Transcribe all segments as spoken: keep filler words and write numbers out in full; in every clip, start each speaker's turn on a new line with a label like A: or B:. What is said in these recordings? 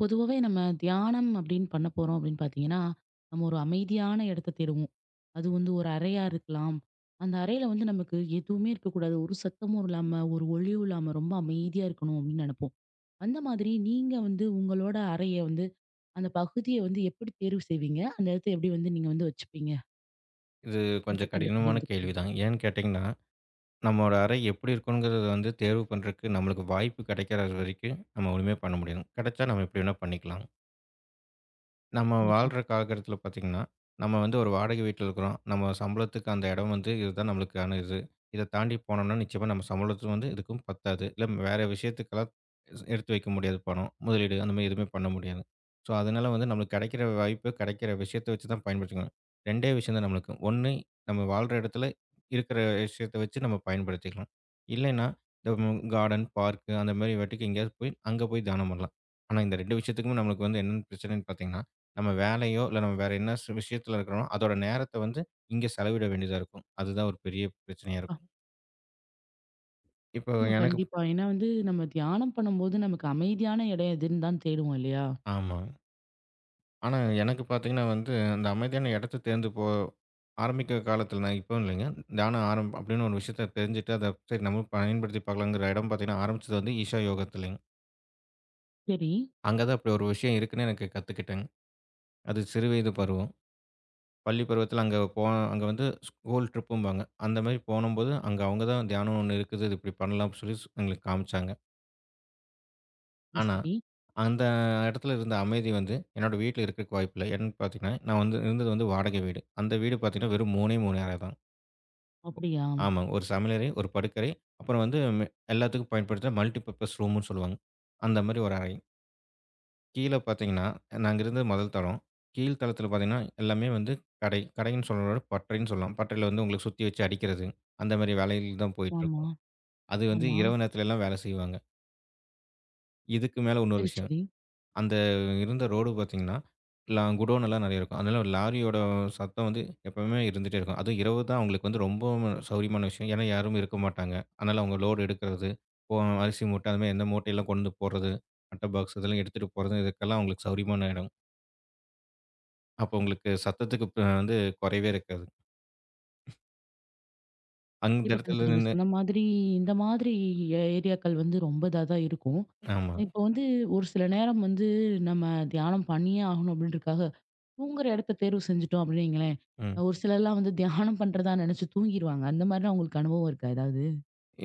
A: பொதுவாவே நம்ம தியானம் அப்படின்னு பண்ண போறோம் அப்படின்னு பார்த்தீங்கன்னா, நம்ம ஒரு அமைதியான இடத்த தேடுவோம். அது வந்து ஒரு அறையா இருக்கலாம். அந்த அறையில வந்து நமக்கு எதுவுமே இருக்கக்கூடாது. ஒரு சத்தமும் இல்லாம, ஒரு ஒலியும் இல்லாம ரொம்ப அமைதியா இருக்கணும் அப்படின்னு நெனைப்போம். அந்த மாதிரி நீங்க வந்து உங்களோட அறைய வந்து அந்த பகுதிய வந்து எப்படி தேர்வு செய்வீங்க? அந்த இடத்த எப்படி வந்து நீங்க வந்து வச்சுப்பீங்க?
B: இது
A: அத
B: கொஞ்சம்
A: பத்தி என்ட்ட
B: கடினமான
A: பகிர்ந்துக்கங்க.
B: கேள்விதான். ஏன்னு கேட்டீங்கன்னா, நம்மோட அறை எப்படி இருக்கணுங்கிறத வந்து தேர்வு பண்றதுக்கு நம்மளுக்கு வாய்ப்பு கிடைக்கிற வரைக்கும் நம்ம ஒண்ணுமே பண்ண முடியாது. கிடைச்சா நம்ம எப்படி வேணா பண்ணிக்கலாம். நம்ம
A: கண்டிப்பா.
B: வாழ்ற காலகட்டத்தில பார்த்தீங்கன்னா, நம்ம வந்து ஒரு வாடகை வீட்ல இருக்கிறோம். நம்ம சம்பளத்துக்கு அந்த இடம் வந்து இதுதான் நம்மளுக்கான இது. இத தாண்டி போனோம்னா, நிச்சயமா நம்ம சம்பளத்துக்கு வந்து இதுக்கும் பத்தாது. இல்ல வேற விஷயத்துக்கெல்லாம் ஸ் எடுத்து வைக்க முடியாது பணம். முதலீடு அந்த மாரி எதுவுமே பண்ண முடியாது. ஸோ, அதனால வந்து நம்மளுக்கு கிடைக்கிற வாய்ப்பு, கிடைக்கிற விஷயத்த வச்சு தான் பயன்படுத்திக்கணும். ரெண்டே விஷயம் தான் நம்மளுக்கு. ஒண்ணு நம்ம வாழ்ற இடத்துல இருக்கிற விஷயத்த வச்சு நம்ம பயன்படுத்திக்கலாம். இல்லைன்னா, இந்த ம் கார்டன், பார்க் அந்த மாரி வாட்டிக்கு எங்கேயாவது போய், அங்க போய் தானம் பண்ணலாம். ஆனா, இந்த ரெண்டு விஷயத்துக்குமே நம்மளுக்கு வந்து என்னென்ன பிரச்சனைன்னு பார்த்தீங்கன்னா, நம்ம வேலையோ, இல்ல நம்ம வேற என்ன ஸ் விஷயத்துல இருக்கிறோம், அதோட நேரத்த வந்து இங்க செலவிட வேண்டியதா இருக்கும். அதுதான் ஒரு பெரிய பிரச்சனையா
A: அ
B: இருக்கும். இப்போ
A: ஆமா
B: எனக்கு
A: கண்டிப்பா. ஏன்னா வந்து நம்ம தியானம் பண்ணும்போது நமக்கு அமைதியான இடம் எதுன்னு தான் தேடுவோம் இல்லையா?
B: ஆமா. ஆனா எனக்கு பார்த்தீங்கன்னா வந்து, அந்த அமைதியான இடத்த தேர்ந்து போ ஆரம்பிக்கிற காலத்துல நான் இப்பவும் இல்லைங்க. தியானம் ஆரம் அப்படின்னு ஒரு விஷயத்த தெரிஞ்சுட்டு, அத சரி நம்மளும் பயன்படுத்தி பார்க்கலாங்கிற இடம் பார்த்தீங்கன்னா, ஆரம்பிச்சது வந்து ஈஷா யோகத்துலங்க.
A: சரி.
B: அங்க தான் அப்படி ஒரு விஷயம் இருக்குன்னு எனக்கு கத்துக்கிட்டேங்க. அது சிறுவயது பருவம். பள்ளி பருவத்தில அங்க போ அங்க வந்து ஸ்கூல் ட்ரிப்பும்பாங்க. அந்த மாரி போனம்போது, அங்க அவங்க தான் தியானம் ஒண்ணு இருக்குது. இது இப்படி பண்ணலாம்னு சொல்லி ஸ் எங்களுக்கு காமிச்சாங்க.
A: ம்.
B: ஆனா,
A: சரி.
B: அந்த இடத்துல இருந்த அமைதி வந்து என்னோட வீட்ல இருக்கறக்கு வாய்ப்பில்ல. ஏன்னு பார்த்தீங்கன்னா, நான் வந்து இருந்தது வந்து வாடகை வீடு. அந்த வீடு பார்த்தீங்கன்னா, வெறும் 3ஏ மூணு அறை தான்.
A: அப்படியா?
B: ஆமாங்க. ஒரு சமையலறை, ஒரு படுக்கறை, அப்புறம் வந்து மெ எல்லாத்துக்கும் பயன்படுத்துற மல்டி பர்ப்பஸ் ரூம்ன்னு சொல்லுவாங்க. அந்த மாரி ஒரு அறை. கீழ பார்த்தீங்கன்னா, நாங்க இருந்தது முதல் தளம். கீழ் தளத்தில பார்த்தீங்கன்னா, எல்லாமே வந்து கடை. கடைன்னு சொல்றத விட பட்டறைன்னு சொல்லலாம். பட்டறையில வந்து உங்களுக்கு சுத்தி வச்சு அடிக்கிறது, அந்த மாரி வேலைகள் தான்
A: ஆமா.
B: போயிட்டுருக்கும். அது வந்து
A: ஆமா.
B: இரவு நேரத்துலலாம் வேலை செய்வாங்க. இதுக்கு மேல இன்னொரு
A: சரி,
B: விஷயம்.
A: சரி.
B: அந்த இருந்த ரோடு பார்த்தீங்கன்னா, லா குடோன் எல்லாம் நெறைய இருக்கும். அதனால லாரியோட சத்தம் வந்து எப்பவுமே இருந்துட்டே இருக்கும். அதுவும் இரவு தான் அவங்களுக்கு வந்து ரொம்பவும் சௌரியமான விஷயம். ஏன்னா யாரும் இருக்க மாட்டாங்க. அதனால அவங்க லோடு எடுக்கிறது, போ அரிசி மூட்டை, அது மாரி எந்த மூட்டையெல்லாம் கொண்டு போறது, அட்ட பாக்ஸ் இதெல்லாம் எடுத்துட்டு போறது, இதுக்கெல்லாம் அவங்களுக்கு சௌரியமான இடம். அப்ப உங்களுக்கு சத்தத்துக்கு ப வந்து குறைவே இருக்காது. அந்த
A: கண்டிப்பா, கண்டிப்பா.
B: இடத்துல
A: நீங்க
B: நின்னு
A: சொன்ன மாதிரி, இந்த மாதிரி ஏ ஏரியாக்கள் வந்து ரொம்ப இதா தான் இருக்கும்.
B: ஆமா.
A: இப்போ வந்து ஒரு சில நேரம் வந்து நம்ம தியானம் பண்ணியே ஆகணும் அப்படின்றதுக்காக, தூங்குற இடத்த தேர்வு செஞ்சுட்டோம் அப்படின்னு வைங்களேன்,
B: ம்.
A: ஒரு சிலர்லாம் வந்து தியானம் பண்றதா நினைச்சு தூங்கிருவாங்க. அந்த மாதிரிலாம் உங்களுக்கு அனுபவம் இருக்கா ஏதாவது?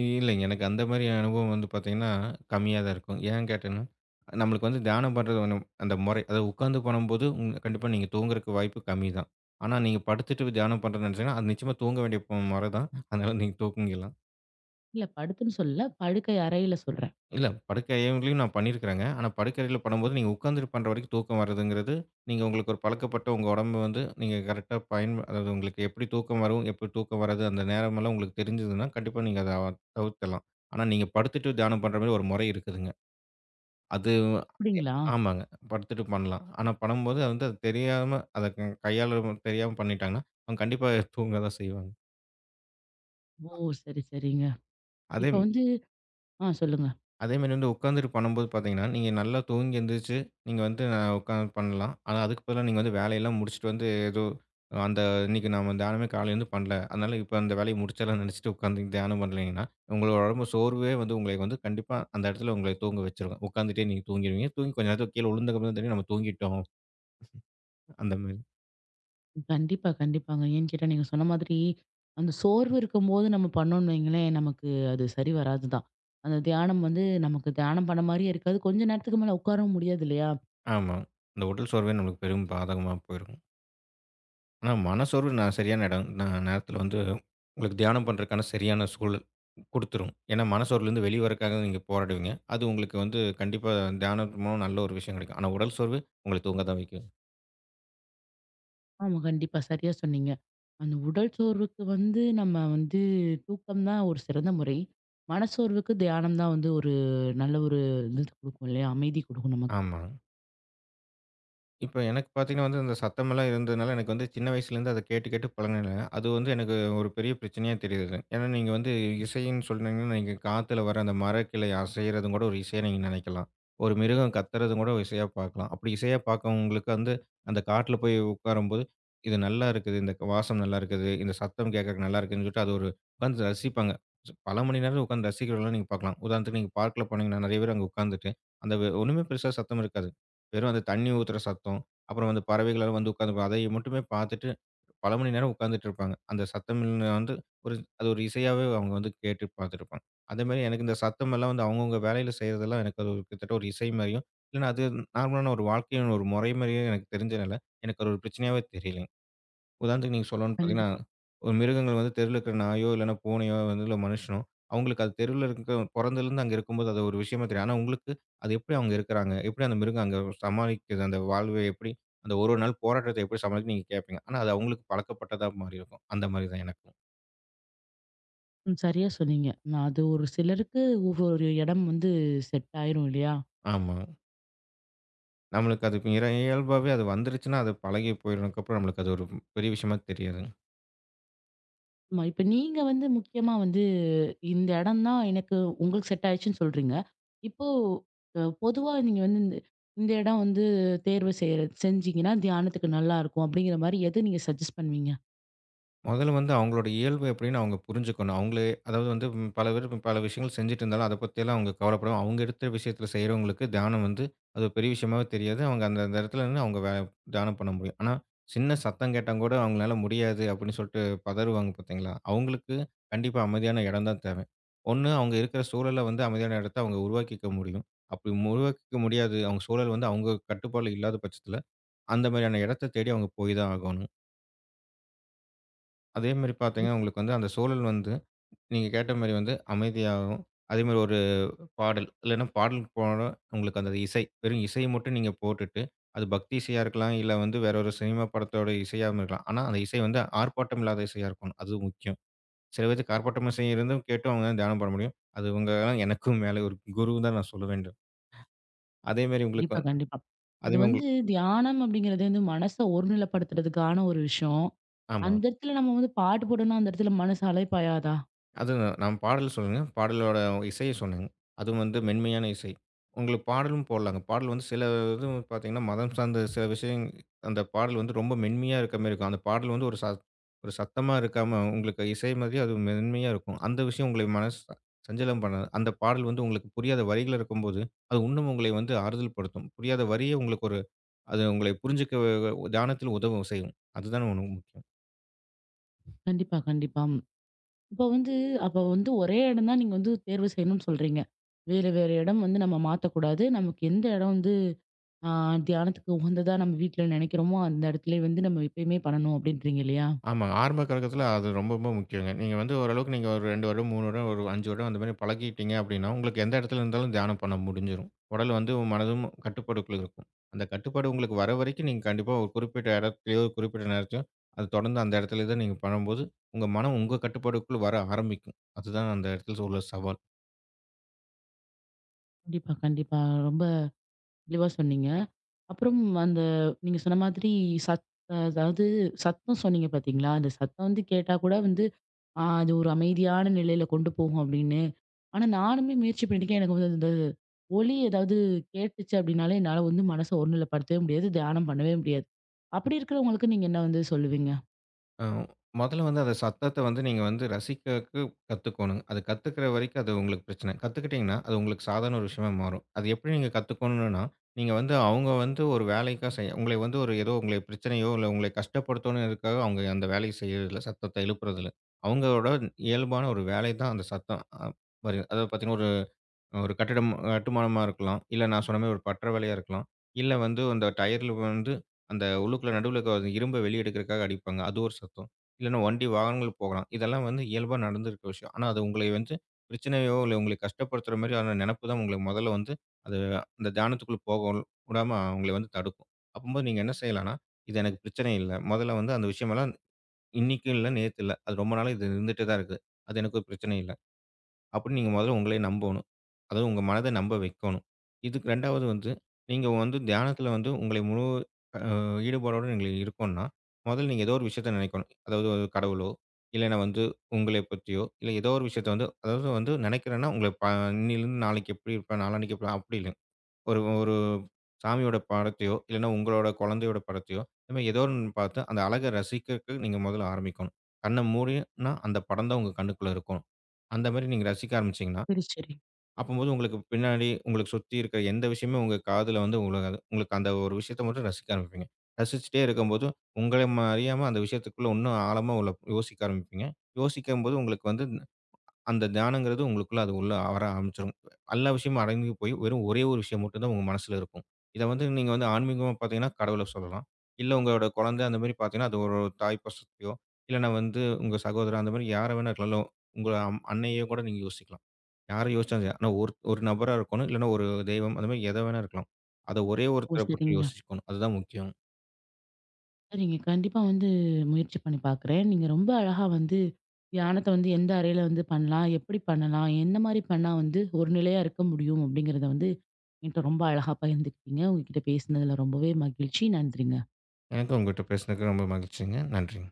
B: இல்லைங்க. எனக்கு அந்த மாரி அனுபவம் வந்து பார்த்தீங்கன்னா, கம்மியா தான் இருக்கும். ஏன் கேட்டேன்னா, நம்மளுக்கு வந்து தியானம் பண்றது ஒண்ணு அந்த முறை அதாவது உட்கார்ந்து பண்ணும்போது ம் கண்டிப்பா நீங்க தூங்குறதுக்கு வாய்ப்பு கம்மி தான். ஆனா, நீங்க படுத்துட்டு தியானம் பண்றதுன்னு நினைச்சீங்கன்னா, அது நிச்சயமா தூங்க வேண்டிய ப- முறை தான். அதனால நீங்க தூங்கிக்கலாம்.
A: இல்ல படுத்துன்னு சொல்லல, படுக்கை அறையில சொல்றேன்.
B: இல்ல. படுக்கை அறையிலயும் நான் பண்ணியிருக்கிறேங்க. ஆனா படுக்கை அறையில பண்ணும்போது, நீங்க உட்கார்ந்துட்டு பண்ற வரைக்கும் தூக்கம் வர்றதுங்கிறது, நீங்க உங்களுக்கு ஒரு பழக்கப்பட்ட உங்க உடம்பு வந்து, நீங்க கரெக்ட்டா பயன் அதாவது உங்களுக்கு எப்படி தூக்கம் வரும், எப்படி தூக்கம் வராது, அந்த நேரமெல்லாம் உங்களுக்கு தெரிஞ்சதுன்னா, கண்டிப்பா நீங்க அத தவிர்த்துடலாம். ஆனா நீங்க படுத்துட்டு தியானம் பண்ற மாரி ஒரு முறை இருக்குதுங்க. அது எ
A: அப்படிங்களா?
B: ஆமாங்க. படுத்துட்டு பண்ணலாம். ஆனா பண்ணும்போது அது வந்து அது தெரியாம அத க கையாள தெரியாம பண்ணிட்டாங்கன்னா, அவங்க கண்டிப்பா தூங்க தான் செய்வாங்க.
A: ஓ! சரி, சரிங்க.
B: அதே
A: இப்ப வந்து ஆ சொல்லுங்க.
B: அதேமாரி வந்து உட்காந்துட்டு பண்ணும்போது பார்த்தீங்கன்னா, நீங்க நல்லா தூங்கி எந்திரிச்சு, நீங்க வந்து நான் உட்காந்து பண்ணலாம். ஆனா அதுக்கு பதிலா நீங்க வந்து வேலையெல்லாம் முடிச்சுட்டு வந்து ஏதோ அந்த இன்னைக்கு நாம தியானமே காலையிலேருந்து பண்ணல. அதனால இப்ப அந்த வேலைய முடிச்சிடலாம்னு நினைச்சுட்டு உட்காந்து தியானம் பண்ணீங்கன்னா, உங்களோட உடம்பு சோர்வே வந்து உங்களை வந்து கண்டிப்பா அந்த இடத்துல உங்களை தூங்க வச்சுரும். உட்காந்துட்டே நீங்க தூங்கிருவீங்க. தூங்கி கொஞ்ச நேரத்துல கீழ விழுந்ததுக்கு அப்புறம் தான் தெரியும் நம்ம தூங்கிட்டோம். அந்த மாரி.
A: கண்டிப்பா, கண்டிப்பாங்க. ஏன்னு கேட்டா, நீங்க சொன்ன மாதிரி, அந்த சோர்வு இருக்கும்போது நம்ம பண்ணோம்னு வைங்களேன், நமக்கு அது சரி வராது தான். அந்த தியானம் வந்து நமக்கு தியானம் பண்ண மாரியே இருக்காது. கொஞ்ச நேரத்துக்கு மேல உட்காரவும் முடியாது இல்லையா?
B: ஆமா. அந்த உடல் சோர்வே நம்மளுக்கு பெரும் பாதகமா போயிரும். ஆனா, மனசோர்வு நான் சரியான இடம் நான் நேரத்தில வந்து உங்களுக்கு தியானம் பண்றதுக்கான சரியான சூழல் குடுத்துரும். ஏன்னா, மனசோர்வுலேருந்து வெளிய வரக்காக நீங்க போராடுவீங்க. அது உங்களுக்கு வந்து கண்டிப்பா தியானத்து மூலம் நல்ல ஒரு விஷயம் கிடைக்கும். ஆனா, உடல் சோர்வு உங்கள தூங்க தான் வைக்கும்.
A: ஆமா, கண்டிப்பா. சரியா சொன்னீங்க. அந்த உடல் சோர்வுக்கு வந்து நம்ம வந்து தூக்கம் தான் ஒரு சிறந்த முறை. மனச்சோர்வுக்கு தியானம் தான் வந்து ஒரு நல்ல ஒரு இது குடுக்கும் இல்லையா? அமைதி குடுக்கும் நமக்கு.
B: ஆமா. இப்ப எனக்கு பார்த்தீங்கன்னா வந்து, அந்த சத்தமெல்லாம் இருந்ததுனால, எனக்கு வந்து சின்ன வயசுலேருந்து அத கேட்டு கேட்டு பழகுனதுனால, அது வந்து எனக்கு ஒரு பெரிய பிரச்சனையா தெரியுது. ஏன்னா நீங்க வந்து இசைன்னு சொன்னீங்கன்னா, நீங்க காத்துல வர அந்த மரக்கிளை அசைறதும் கூட ஒரு இசையா நீங்க நெனைக்கலாம். ஒரு மிருகம் கத்துறதும் கூட ஒரு இசையா பார்க்கலாம். அப்படி இசையா பார்க்கவங்களுக்கு வந்து, அந்த காட்டுல போய் உட்காரும்போது, "இது நல்லா இருக்குது. இந்த வாசம் நல்லா இருக்குது. இந்த சத்தம் கேட்கறக்கு நல்லா இருக்குன்னு" சொல்லிட்டு அது ஒரு உட்காந்து ரசிப்பாங்க. பல மணி நேரம் உட்காந்து ரசிக்கிறதெல்லாம் நீங்க பார்க்கலாம். உதாரணத்துக்கு நீங்க பார்க்ல போனீங்கன்னா, நெறைய பேர் அங்க உட்காந்துட்டு, அந்த ஒண்ணுமே பெருசா சத்தம் இருக்காது. வெறும் அந்த தண்ணி ஊத்துற சத்தம், அப்புறம் அந்த பறவைகள் எல்லாம் வந்து உட்கார்ந்து அதை மட்டுமே பார்த்துட்டு, பல மணி நேரம் உட்கார்ந்துட்டு இருப்பாங்க. அந்த சத்தம் இல்ல- வந்து ஒரு அது ஒரு இசையாவே அவங்க வந்து கேட்டு பார்த்துருப்பாங்க. அதேமாரி எனக்கு இந்த சத்தம் எல்லாம் வந்து அவங்கவங்க வேலையில செய்றதெல்லாம் எனக்கு அது ஒரு கிட்டத்தட்ட ஒரு இசை மாரியும், இல்லன்னா அது நார்மலான ஒரு வாழ்க்கையின் ஒரு முறை மாரியும் எனக்கு தெரிஞ்சனால, எனக்கு அது ஒரு பிரச்சனையாவே தெரியல. உதாரணத்துக்கு நீங்க சொல்லணும்னு பார்த்தீங்கன்னா,
A: கண்டிப்பா.
B: ஒரு மிருகங்கள் வந்து தெருவுல இருக்கிற நாயோ, இல்லன்னா பூனையோ வந்து இல்ல மனுஷனோ, அவங்களுக்கு அது தெருவுல இருக்க பொறந்ததுலருந்து அங்க இருக்கும்போது அது ஒரு விஷயமா தெரியும். ஆனா உங்களுக்கு அது எப்படி அவங்க இருக்கிறாங்க? எப்படி அந்த மிருகம் அங்க சமாளிக்குது? அந்த வாழ்வை எப்படி அந்த ஒரு ஒரு நாள் போராட்டத்தை எப்படி சமாளிக்குதுன்னு நீங்க கேட்பீங்க. ஆனா அது அவங்களுக்கு பழக்கப்பட்டதா மாறி இருக்கும். அந்த மாரி தான் எனக்கும்.
A: ம். சரியா சொன்னீங்க. நான் அது ஒரு சிலருக்கு ஒவ்வொரு இடம் வந்து செட் ஆயிரும் இல்லையா?
B: ஆமா. நம்மளுக்கு அது இற இயல்பாவே அது வந்துருச்சுன்னா, அது பழகி போயினதுக்கப்புறம் நம்மளுக்கு அது ஒரு பெரிய விஷயமா தெரியாது.
A: ஆமா. இப்ப நீங்க வந்து முக்கியமா வந்து இந்த இடம் தான் எனக்கு உங்களுக்கு செட் ஆயிடுச்சுன்னு சொல்றீங்க. இப்போ அ பொதுவா நீங்க வந்து இந்த இந்த இடம் வந்து தேர்வு செய்ற செஞ்சீங்கன்னா, தியானத்துக்கு நல்லாருக்கும் அப்படிங்கிற மாரி எத நீங்க சஜெஸ்ட் பண்ணுவீங்க?
B: முதல்ல வந்து அவங்களோட இயல்பு எப்படின்னு அவங்க புரிஞ்சுக்கணும். அவங்களே அதாவது வந்து ம் பல பேர் இப்ப பல விஷயங்கள் செஞ்சுட்டு இருந்தாலும், அத பத்தியெல்லாம் அவங்க கவலைப்படாம, அவங்க எடுத்த விஷயத்தில செய்றவங்களுக்கு தியானம் வந்து அது ஒரு பெரிய விஷயமாவே தெரியாது. அவங்க அந்த அந்த இடத்துல நின்னு அவங்க வே தியானம் பண்ண முடியும். ஆனா, சின்ன சத்தம் கேட்டா கூட அவங்களால முடியாது அப்படின்னு சொல்லிட்டு பதறுவாங்க பார்த்தீங்களா? அவங்களுக்கு கண்டிப்பா அமைதியான இடம் தான் தேவை. ஒண்ணு அவங்க இருக்கிற சூழல வந்து அமைதியான இடத்த அவங்க உருவாக்கிக்க முடியும். அப்படி உருவாக்கிக்க முடியாது. அவங்க சூழல் வந்து அவங்க கட்டுப்பாடுல இல்லாத பட்சத்தில, அந்த மாதிரியான இடத்த தேடி அவங்க போய் தான் ஆகணும். அதே மாரி பார்த்தீங்கன்னா, உங்களுக்கு வந்து அந்த சூழல் வந்து நீங்க கேட்ட மாரி வந்து அமைதியாகவும், அதேமாரி ஒரு பாடல் இல்லன்னா பாடலுக்கு போனா உங்களுக்கு அந்த இசை, வெறும் இசைய மட்டும் நீங்க போட்டுட்டு, அது பக்தி இசையா இருக்கலாம், இல்ல வந்து வேற ஒரு சினிமா படத்தோட இசையாவும் இருக்கலாம். ஆனா அந்த இசை வந்து ஆர்ப்பாட்டம் இல்லாத இசையா இருக்கணும். அது முக்கியம். சில பேத்துக்கு ஆர்ப்பாட்டம் இசை இருந்தும் கேட்டும் அவங்க தியானம் பண்ண முடியும். அது உங்க எனக்கும் மேல ஒரு குரு தான் நான் சொல்ல வேண்டும். அதேமாரி உங்களுக்கு
A: கண்டிப்பா, கண்டிப்பா. அது
B: அதேமாரி
A: வந்து
B: உங்களுக்கு
A: தியானம் அப்படிங்கிறது வந்து மனச ஒருநிலைப்படுத்துறதுக்கான ஒரு விஷயம்.
B: ஆமா.
A: அந்த இடத்துல நம்ம வந்து பாட்டு போட்டோம்னா, அந்த இடத்துல மனசு அலைப்பாயாதா?
B: அதுதான். நான் பாடல் சொல்லலங்க. பாடலோட இசைய சொன்னேங்க. அதுவும் வந்து மென்மையான இசை. உங்களுக்கு பாடலும் போடலாங்க. பாடல் வந்து சில இது பார்த்தீங்கன்னா, மதம் சார்ந்த சில விஷயம் அந்த பாடல் வந்து ரொம்ப மென்மையா இருக்க மாரி இருக்கும். அந்த பாடல் வந்து ஒரு சத் ஒரு சத்தமா இருக்காம, உங்களுக்கு இசை மாதிரி அது மென்மையா இருக்கும். அந்த விஷயம் உங்களை மனச சஞ்சலம் பண்ணாது. அந்த பாடல் வந்து உங்களுக்கு புரியாத வரிகள் இருக்கும்போது, அது இன்னும் உங்களை வந்து ஆறுதல் படுத்தும். புரியாத வரிய உங்களுக்கு ஒரு அது உங்களை புரிஞ்சுக்க தியானத்தில் உதவும் செய்யும். அதுதான ஒண்ணு முக்கியம்.
A: கண்டிப்பா, கண்டிப்பா. ம். இப்போ வந்து அப்ப வந்து ஒரே இடம் தான் நீங்க வந்து தேர்வு செய்யணும்னு சொல்றீங்க. வேற, வேற இடம் வந்து நம்ம மாத்தக்கூடாது. நமக்கு எந்த இடம் ஆ தியானத்துக்கு உகந்ததா நம்ம வீட்ல நினைக்கிறோமோ, அந்த இடத்துலே வந்து நம்ம எப்பயுமே பண்ணணும் அப்டின்றீங்க இல்லையா?
B: ஆமாங்க. ஆரம்ப காலகட்டத்தில அது ரொம்ப ரொம்ப முக்கியங்க. நீங்க வந்து ஓரளவுக்கு நீங்க ஒரு ரெண்டு வருடம், மூணு வருடம், ஒரு அஞ்சு வருடம் அந்த மாரி பழகிட்டீங்க அப்டின்னா, உங்களுக்கு எந்த இடத்துல இருந்தாலும் தியானம் பண்ண முடிஞ்சிரும். உடல் வந்து மனதும் கட்டுப்பாடுக்குள்ள இருக்கும். அந்த கட்டுப்பாடு உங்களுக்கு வர வரைக்கும் நீங்க கண்டிப்பா ஒரு குறிப்பிட்ட இடத்துலயோ, ஒரு குறிப்பிட்ட நேரத்தையோ, அது தொடர்ந்து அந்த இடத்திலே தான் நீங்க பண்ணும்போது, உங்க மனம் உங்க கட்டுப்பாடுக்குள்ள வர ஆரம்பிக்கும். அதுதான் அந்த இடத்துல உள்ள சவால்.
A: கண்டிப்பா, கண்டிப்பா. ரொம்ப தெளிவா சொன்னீங்க. அப்புறம் அந்த நீங்க சொன்ன மாதிரி சத் அதாவது சத்தம் சொன்னீங்க பார்த்தீங்களா? அந்த சத்தம் வந்து கேட்டா கூட வந்து ஆ அது ஒரு அமைதியான நிலையில கொண்டு போகும் அப்டின்னு. ஆனா நானுமே முயற்சி பண்ணிருக்கேன். எனக்கு வந்து அந்த ஒலி ஏதாவது கேட்டுச்சு அப்டின்னாலே என்னால வந்து மனச ஒருநிலைப்படுத்தவே முடியாது. தியானம் பண்ணவே முடியாது. அப்டி இருக்கிறவங்களுக்கு நீங்க என்ன வந்து சொல்லுவீங்க?
B: அ மொதல்ல வந்து அந்த சத்தத்த வந்து நீங்க வந்து ரசிக்கக்கு கத்துக்கோணுங்க. அது கத்துக்கிற வரைக்கும் அது உங்களுக்கு பிரச்சனை. கத்துக்கிட்டீங்கன்னா, அது உங்களுக்கு சாதாரண ஒரு விஷயமா மாறும். அது எப்படி நீங்க கத்துக்கணும்னா, நீங்க வந்து அவங்க வந்து ஒரு வேலைக்கா செய்ய உங்களை வந்து ஒரு ஏதோ உங்களை பிரச்சனையோ, இல்ல உங்களை கஷ்டப்படுத்தணும்ங்கிறதுக்காக அவங்க அந்த வேலைய செய்யறதில்ல. சத்தத்த எழுப்புறதில்ல. அவங்களோட இயல்பான ஒரு வேலை தான் அந்த சத்தம் அ வருது. அதாவது பார்த்தீங்கன்னா, ஒரு கட்டிடம் கட்டுமானமா இருக்கலாம். இல்ல நான் சொன்ன மாரி ஒரு பட்ற வேலையா இருக்கலாம். இல்ல வந்து அந்த டயர்ல வந்து அந்த உள்ளுக்குள்ள நடுவுல இருக்க அந்த இரும்ப வெளிய எடுக்கிறதுக்காக அடிப்பாங்க. அது ஒரு சத்தம். இல்லன்னா வண்டி, வாகனங்கள் போகலாம். இதெல்லாம் வந்து இயல்பா நடந்திருக்கிற விஷயம். ஆனா, அது உங்களை வந்து பிரச்சனையோ, இல்ல உங்களை கஷ்டப்படுத்துற மாதிரியான நெனப்பு தான் உங்களுக்கு முதல்ல வந்து அது அந்த தியானத்துக்குள்ள போக விடாம உங்கள வந்து தடுக்கும். அப்பம்போது நீங்க என்ன செய்யலாம்ன்னா, இது எனக்கு பிரச்சனை இல்ல. முதல்ல வந்து அந்த விஷயமெல்லாம் இன்னைக்கும் இல்ல, நேத்து இல்ல. அது ரொம்ப நாளா இது இருந்துட்டே தான் இருக்குது. அது எனக்கு ஒரு பிரச்சனை இல்ல. அப்படின்னு நீங்க முதல்ல உங்களே நம்பணும். அதாவது உங்க மனத நம்ப வைக்கணும். இதுக்கு இரண்டாவது வந்து, நீங்க வந்து தியானத்துல வந்து உங்களை முழு அ ஈடுபாடோட நீங்க இருக்கோம்ன்னா, முதல்ல நீங்க ஏதோ ஒரு விஷயத்த நினைக்கணும். அதாவது ஒரு கடவுளோ, இல்லைன்னா வந்து உங்களை பற்றியோ, இல்ல ஏதோ ஒரு விஷயத்த வந்து அதாவது வந்து நினைக்கிறேன்னா, உங்கள ப இன்னிலிருந்து நாளைக்கு எப்படி இருப்பேன், நாளான்னைக்கு எப்படி அப்படி இல்ல. ஒரு ஒரு சாமியோட படத்தையோ, இல்லன்னா உங்களோட குழந்தையோட படத்தையோ, இந்த மாரி ஏதோ ஒண்ணு பார்த்து அந்த அழக ரசிக்கிறக்கு நீங்க முதல்ல ஆரம்பிக்கணும். கண்ண மூடினா அந்த படம் தான் உங்க கண்ணுக்குள்ள இருக்கும். அந்த மாரி நீங்க ரசிக்க ஆரம்பிச்சீங்கன்னா,
A: சரி, சரி.
B: அப்பம்போது உங்களுக்கு பின்னாடி உங்களுக்கு சுத்தி இருக்கிற எந்த விஷயமுமே உங்க காதுல வந்து உழுகாது. உங்களுக்கு அந்த ஒரு விஷயத்த மட்டும் ரசிக்க ஆரம்பிப்பீங்க. ரசிச்சுட்டே இருக்கும்போது, உங்கள ம அறியாம அந்த விஷயத்துக்குள்ள இன்னும் ஆழமா உள்ள யோசிக்க ஆரம்பிப்பீங்க. யோசிக்கும்போது உங்களுக்கு வந்து அந்த தியானங்கிறது உங்களுக்குள்ள அது உள்ள வர ஆரம்பிச்சுரும். எல்லா விஷயமும் அடங்கி போய் வெறும் ஒரே ஒரு விஷயம் மட்டும் தான் உங்க மனசுல இருக்கும். இத வந்து நீங்க வந்து ஆன்மீகமா பார்த்தீங்கன்னா, கடவுள சொல்லலாம். இல்ல உங்களோட குழந்தை அந்த மாரி பார்த்தீங்கன்னா, அது ஒரு தாய் பாசத்தையோ, இல்லன்னா வந்து உங்க சகோதரன் அந்த மாரி யார வேணா இருக்கலாம். உங்க அம் அன்னையோ கூட நீங்க யோசிக்கலாம். யார யோசிச்சாலும் சரி. ஆனா ஒரு ஒரு நபரா இருக்கணும். இல்லன்னா ஒரு தெய்வம் அந்த மாரி எத வேணா இருக்கலாம். அத ஒரே
A: ஓ!
B: ஒருத்தர பத்தி
A: சரிங்க.
B: யோசிக்கணும். அதுதான் முக்கியம்.
A: சரிங்க. கண்டிப்பா வந்து முயற்சி பண்ணி பார்க்குறேன். நீங்க ரொம்ப அழகா வந்து தியானத்த வந்து எந்த அறையில வந்து பண்ணலாம்? எப்படி பண்ணலாம்? என்ன மாரி பண்ணா வந்து ஒரு நிலையா இருக்க முடியும்? அப்படிங்கிறத வந்து என்ட்ட ரொம்ப அழகா பகிர்ந்துக்கிட்டீங்க. உங்ககிட்ட பேசினதுல ரொம்பவே மகிழ்ச்சி. நன்றிங்க.
B: எனக்கு உங்ககிட்ட பேசினதுக்கு ரொம்ப மகிழ்ச்சிங்க. நன்றிங்க.